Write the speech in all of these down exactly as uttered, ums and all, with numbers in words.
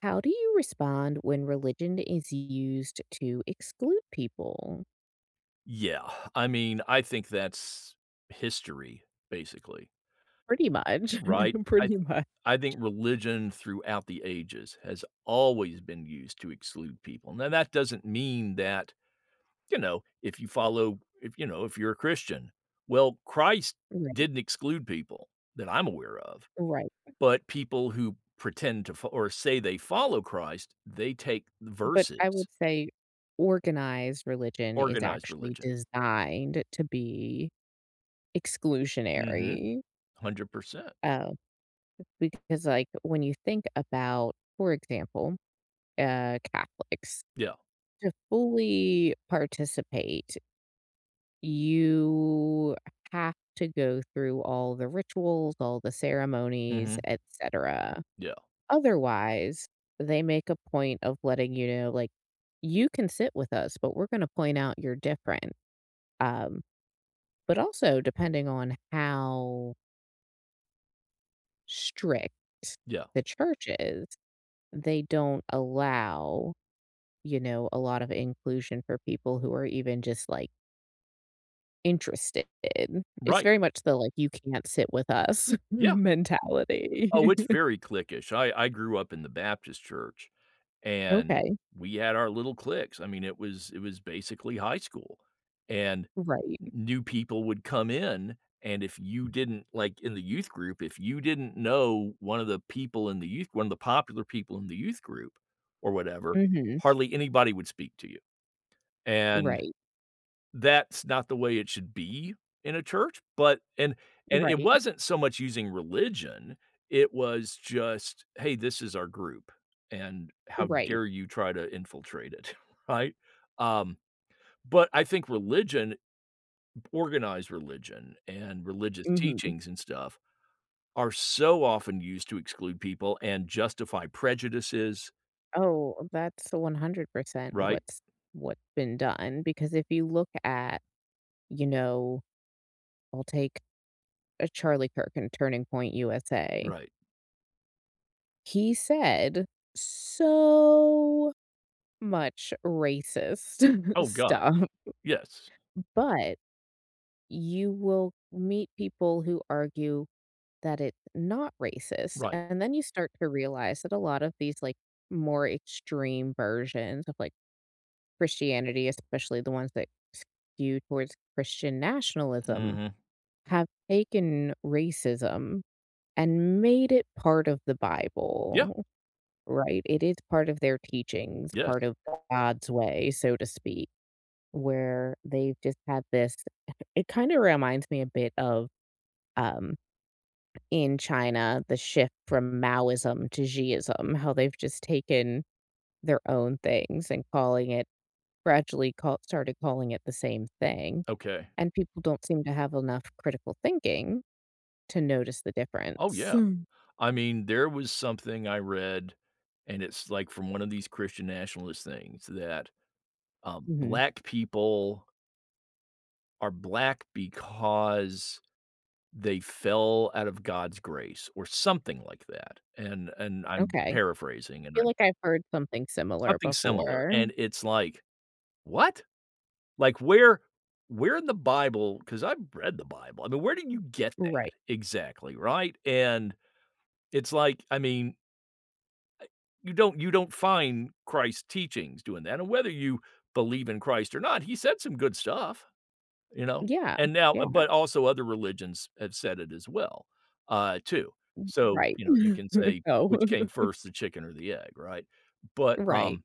How do you respond when religion is used to exclude people? Yeah, I mean, I think that's history, basically, Pretty much. right? I th Pretty much. I think religion throughout the ages has always been used to exclude people. Now, that doesn't mean that, you know, if you follow if, you know, if you're a Christian, well, Christ Right, didn't exclude people that I'm aware of, right. but people who pretend to fo or say they follow Christ, they take But I verses, would say organized religion is organized actually religion. designed to be Mhm, exclusionary. one hundred percent. Uh, because, like, when you think about, for example, uh, Catholics, Yeah, to fully participate you have to go through all the rituals, all the ceremonies, mhm, et cetera. yeah, Otherwise, they make a point of letting you know, like, you can sit with us, but we're going to point out you're different. Um, but also, depending on how strict yeah. the church is, they don't allow, you know, a lot of inclusion for people who are even just like interested. It's Right. very much the, like, you can't sit with us Yeah. Oh, mentality. it's very cliquish. I I grew up in the Baptist church, and Okay. we had our little cliques. I mean, it was it was basically high school, and Right. new people would come in, and if you didn't like, in the youth group, if you didn't know one of the people in the youth one of the popular people in the youth group or whatever, Mhm. hardly anybody would speak to you, and Right. that's not the way it should be in a church, but and and it Right. wasn't so much using religion, it was just, "Hey, this is our group, and how Right. dare you try to infiltrate it," right? Um, but I think religion organized religion and religious Mhm. teachings and stuff are so often used to exclude people and justify prejudices, Oh, that's one hundred percent right? what's what's been done because if you look at, you know, I'll take a Charlie Kirk and Turning Point U S A. Right. He said so much racist Oh, God, stuff, yes. but you will meet people who argue that it's not racist. Right. And then you start to realize that a lot of these like more extreme versions of like Christianity, especially the ones that skew towards Christian nationalism, Mhm. have taken racism and made it part of the Yeah, Bible, right? It is part of their teachings, yes. part of God's way, so to speak, where they've just had this. It kind of reminds me a bit of um, in China, the shift from Maoism to Xiism, how they've just taken their own things and calling it gradually call started calling it the same thing, Okay. and people don't seem to have enough critical thinking to notice the Oh, difference. yeah. I mean, there was something I read, and it's like from one of these Christian nationalist things that, um, Mhm. black people are black because they fell out of God's grace or something like that, and and I'm Okay. paraphrasing, I and feel I'm like I've heard something similar something similar, before. and it's like, "What?" Like, where where in the Bible? Because 'cause I've read the Bible, I mean, where did you get that Right. exactly, right? And it's like, I mean, you don't you don't find Christ's teachings doing that, and whether you believe in Christ or not, he said some good stuff, you know? Yeah. And now Yeah, but also other religions have said it as well, uh, too. So, right. you know, you can say, No. "Which came first, the chicken or the egg?" Right? But, Right. um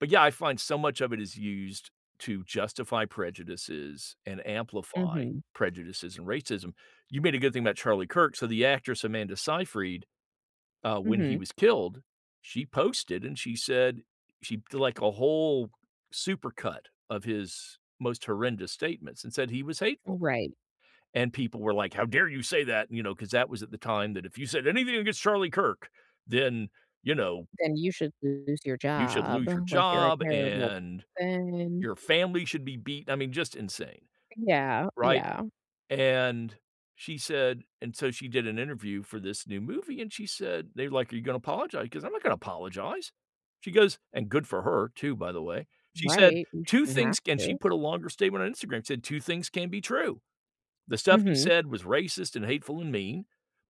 but yeah, I find so much of it is used to justify prejudices and amplify Mhm. prejudices and racism. You made a good thing about Charlie Kirk, so the actress Amanda Seyfried, uh, when he Mhm. was killed, she posted and she said she did like a whole supercut of his most horrendous statements and said he was hateful. Right. And people were like, "How dare you say that?" You know, because that was at the time that if you said anything against Charlie Kirk, then you know Then you should lose your you should job, lose your like, you're a job terrible and person. your family should be beaten. I mean, just insane, Yeah, right? yeah, And she said and so she did an interview for this new movie, and she said, they're like, "Are you gonna apologize?" Because I'm not gonna apologize. She goes, and good for her too, by the way. She said, right, you "two shouldn't have things," and she to. put a longer statement on Instagram, said, "two things can be true. The stuff he Mhm, said was racist and hateful and mean,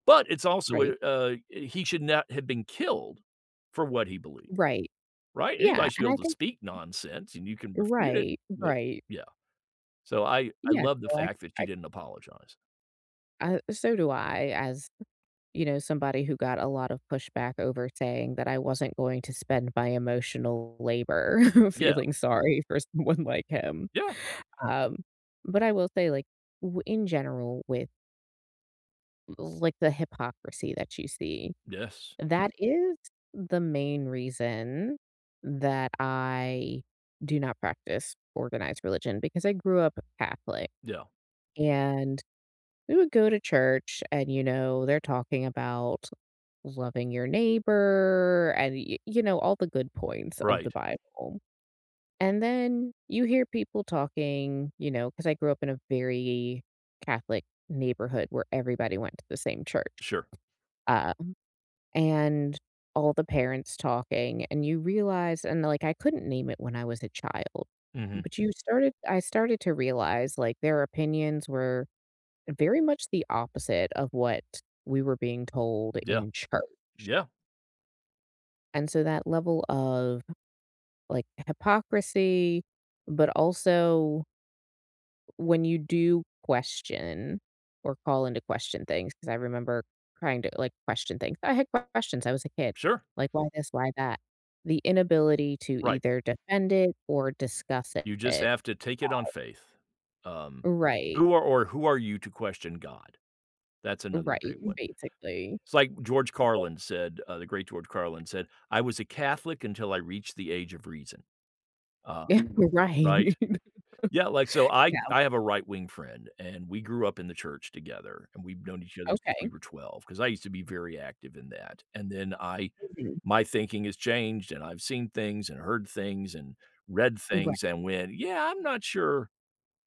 but it's also a, right, uh, he should not have been killed for what he believed," right. right? Yeah, Anybody should and be I able to think speak nonsense, and you can refute it, right, but right. yeah. So I I Yeah, love the no, I fact that she didn't apologize. I I so do I as, you know, somebody who got a lot of pushback over saying that I wasn't going to spend my emotional labor Yeah. feeling sorry for someone like him. Yeah. Um, but I will say, like, w in general with, like, the hypocrisy that you see. Yes. That is the main reason that I do not practice organized religion because I grew up Catholic Yeah. and we would go to church and, you know, they're talking about loving your neighbor and, y- you know, all the good points of the Right. Bible. And then you hear people talking, you know, because I grew up in a very Catholic neighborhood where everybody went to the same church. Sure. uh, and all the parents talking, and you realize and, like, I couldn't name it when I was a child, Mhm. but you started I started to realize, like, their opinions were very much the opposite of what we were being told Yeah. in church, Yeah. and so that level of, like, hypocrisy, but also when you do question or call into question things, because I remember trying to, like, question things. I had questions, I was a kid, Sure. like, "Why this? Why that?" The inability to Right. either defend it or discuss You just it. have to take it on faith. Um, Right, who are or who are you to question God? That's another right, big one. basically. It's like George Like, well, Carlin said, uh, the great George Carlin said, "I was a Catholic until I reached the age of reason." Uh, Right. right? Yeah, like, so I Yeah, I have a right wing friend, and we grew up in the church together, and we've known each other since okay. we were twelve. Because I used to be very active in that, and then I Mhm. my thinking has changed, and I've seen things and heard things and read things Right, and went, "Yeah, I'm not sure."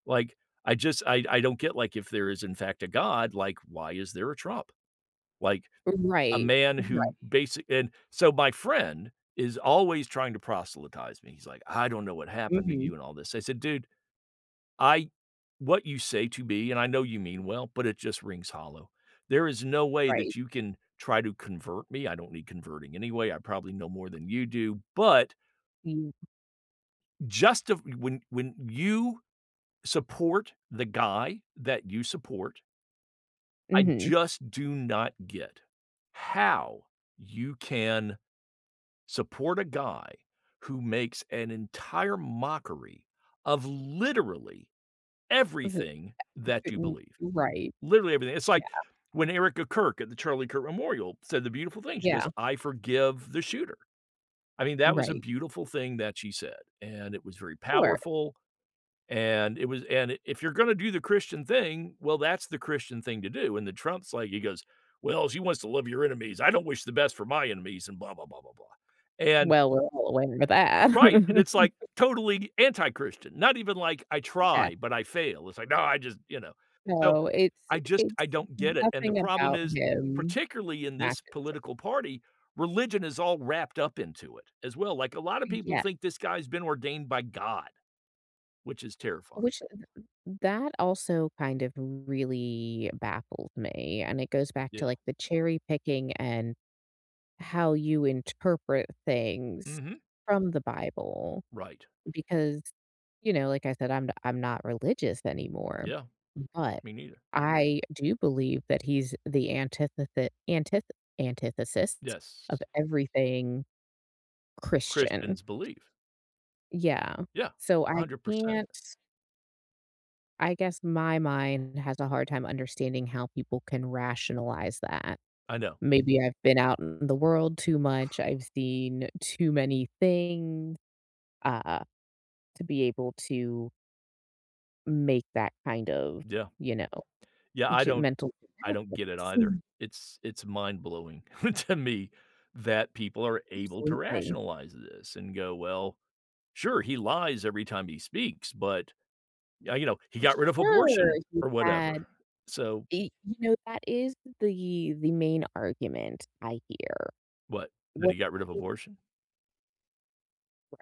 Like, I just I I don't get, like, if there is in fact a God, like, why is there a Trump? Like, a right, man right, who basic, and so my friend is always trying to proselytize me. He's like, "I don't know what happened to mhm, you and all this." I said, "Dude, I what you say to me, and I know you mean well, but it just rings hollow. There is no way right. that you can try to convert me. I don't need converting anyway. I probably know more than you do, but You just of when when you support the guy that you support, I Mhm. just do not get how you can support a guy who makes an entire mockery of literally everything that you believe. Right. Literally everything. It's like Yeah, when Erica Kirk at the Charlie Kirk Memorial said the beautiful thing. She goes, yeah, "I forgive the shooter." I mean, that was a right. beautiful thing that she said, and it was very Sure. powerful, and it was and if you're gonna do the Christian thing, well, that's the Christian thing to do, and the Trump's like, he goes, "Well, she wants to love your enemies. I don't wish the best for my enemies," and blah, blah, blah, blah, blah, and Well, we're all aware of right, and that. it's, like, totally anti-Christian, not even like, "I Yeah, try, but I fail." It's like, "No, I just," you know? So, no, it's I just it's I don't get it, and the nothing problem about is, him particularly in this matches. political party, religion is all wrapped up into it as well, like, a lot of people Yeah, think this guy's been ordained by God, which is terrifying. which th that also kind of really baffled me, and it goes back to, Yeah. like, the cherry picking and how you interpret things Mhm. from the Bible Right. because, you know, like I said, I'm I'm not religious anymore, Yeah. but Me neither. I do believe that he's the antithethe antith antithesis of Yes. everything Christian. Christians believe. Yeah. Yeah. So I one hundred percent. can't. I guess my mind has a hard time understanding how people can rationalize that. I know. Maybe I've been out in the world too much, I've seen too many things, uh, to be able to make that kind of, Yeah. you know, Yeah, I j don't mental I don't get it gymnastics. either. Mm. It's it's mind-blowing to me that people are able to Absolutely. rationalize this and go, "Well, sure, he lies every time he speaks, but, uh, you know, he got rid of Sure, abortion you or whatever." had So, y you know, that is the the main argument I hear. what? That What he got rid of is, abortion?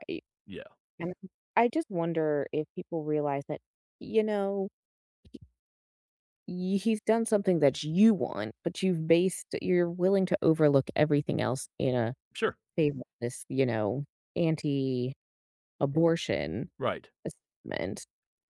right? Yeah, And I just wonder if people realize that, you know, y- he's done something that you want, but you've based, you're willing to overlook everything else in a sure, favor of this, you know, anti abortion right. assessment.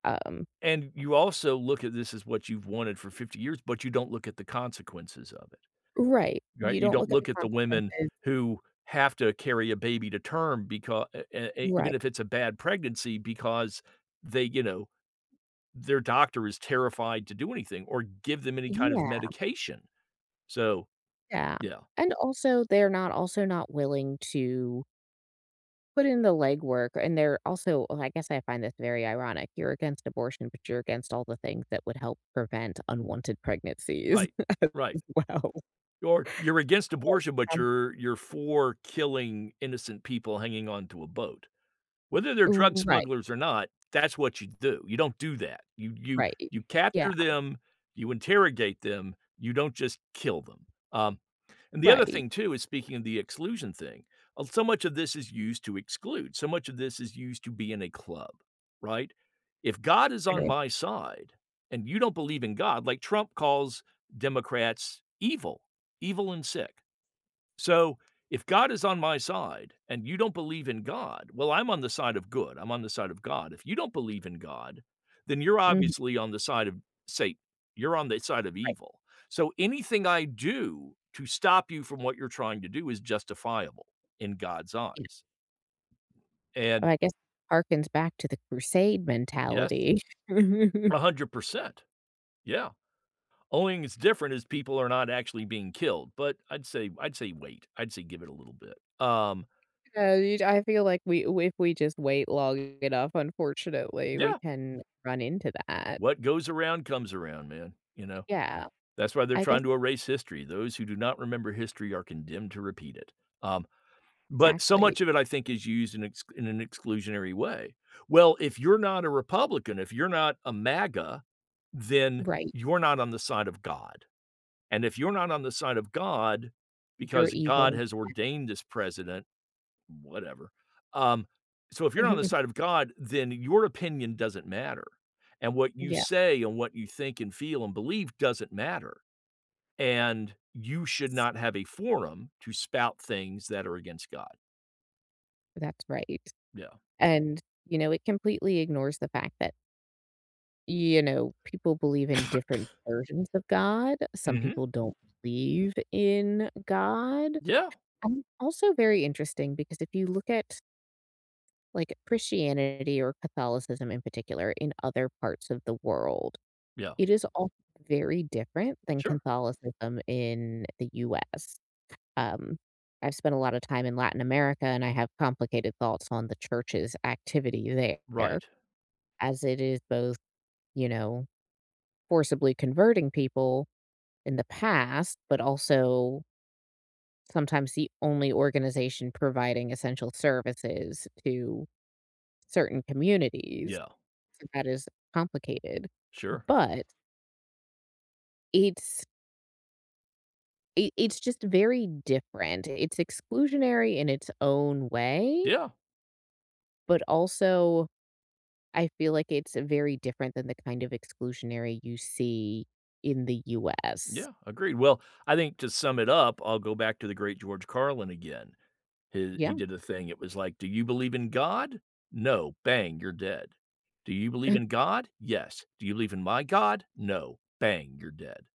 Um, And you also look at this as what you've wanted for fifty years, but you don't look at the consequences of it. right. Right? You You don't don't look at the look at the women consequences. who have to carry a baby to term because even Right. if it's a bad pregnancy because they, you know, their doctor is terrified to do anything or give them any kind of Yeah. medication. So, Yeah. yeah, And also, they're not also not willing to put in the legwork, and they're also, well, I guess I find this very ironic. You're against abortion, but you're against all the things that would help prevent unwanted pregnancies. right, right. Wow. Or you're against Like, abortion, but um you're you're for killing innocent people hanging onto a boat. Whether they're drug Right, smugglers or not, that's what you do. You don't do that. You you right. you Yeah, capture them, you interrogate them, you don't just kill them. Um, and the other right. thing too is, speaking of the exclusion thing, uh, so much of this is used to exclude. So much of this is used to be in a club, right? If God is on Very my side and you don't believe in God, like Trump calls Democrats evil, evil and sick. So, if God is on my side and you don't believe in God, well, I'm on the side of good. I'm on the side of God. If you don't believe in God, then you're mhm, obviously on the side of Satan. You're on the side of right, evil. So anything I do to stop you from what you're trying to do is justifiable in God's yeah. eyes. And I guess harkens back to the crusade yes, mentality. one hundred percent. Yeah. Only thing that's different is people are not actually being killed, but I'd say I'd say wait. I'd say give it a little bit. Um Yeah, you I feel like we if we just wait long enough, unfortunately, we yeah, can run into that. what goes around comes around, man, you know? Yeah, That's why they're I guess trying to erase history. Those who do not remember history are condemned to repeat it. Um, but so exactly. much of it, I think, is used in ex in an exclusionary way. Well, if you're not a Republican, if you're not a MAGA, then Right, you're not on the side of God, and if you're not on the side of God you're because God evil. has ordained this president, whatever. Um, so if you're on the side of God, then your opinion doesn't matter, and what you Yeah. say and what you think and feel and believe doesn't matter, and you should not have a forum to spout things that are against God. That's right. Yeah. And, you know, it completely ignores the fact that, you know, people believe in different versions of God. Some Mhm. people don't believe in God. Yeah. And also very interesting because if you look at like Christianity or Catholicism in particular in other parts of the world, Yeah. it is all very different than Sure. Catholicism in the U S. Um, I've spent a lot of time in Latin America and I have complicated thoughts on the church's activity there. Right. As it is both, you know, forcibly converting people in the past, but also sometimes the only organization providing essential services to certain communities. Yeah. So that is complicated. Sure. But it's it, it's just very different. It's exclusionary in its own way, Yeah. but also I feel like it's very different than the kind of exclusionary you see in the U S. Yeah. Agreed. Well, I think to sum it up, I'll go back to the great George Carlin again. He Yeah. he did a thing, it was like, "Do you believe in God? No. Bang, you're dead. Do you believe in God? Yes. Do you believe in my God? No. Bang, you're dead."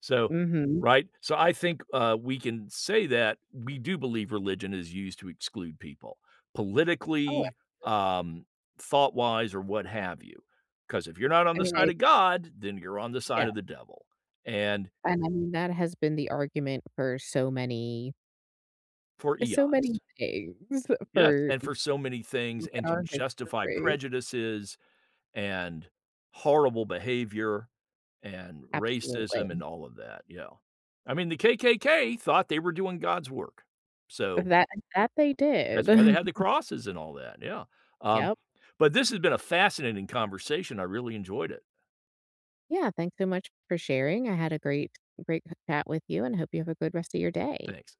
So, Mhm. right? So I think, uh, we can say that we do believe religion is used to exclude people Oh, politically, um, thought-wise, or what have you. Because if you're not on I the mean, side I of God, then you're on the side yeah, of the devil, and and I mean, that has been the argument for so many for so many eons. things Yes, for and you for so many things, look at and to our justify history. prejudices, and horrible behavior and Absolutely. racism and all of that, yeah. I mean, the K K K thought they were doing God's work, so That that they did. that's why they had the crosses and all that, yeah, um, Yep. but this has been a fascinating conversation, I really enjoyed it. Yeah, thanks so much for sharing. I had a great great chat with you and hope you have a good rest of your day. Thanks.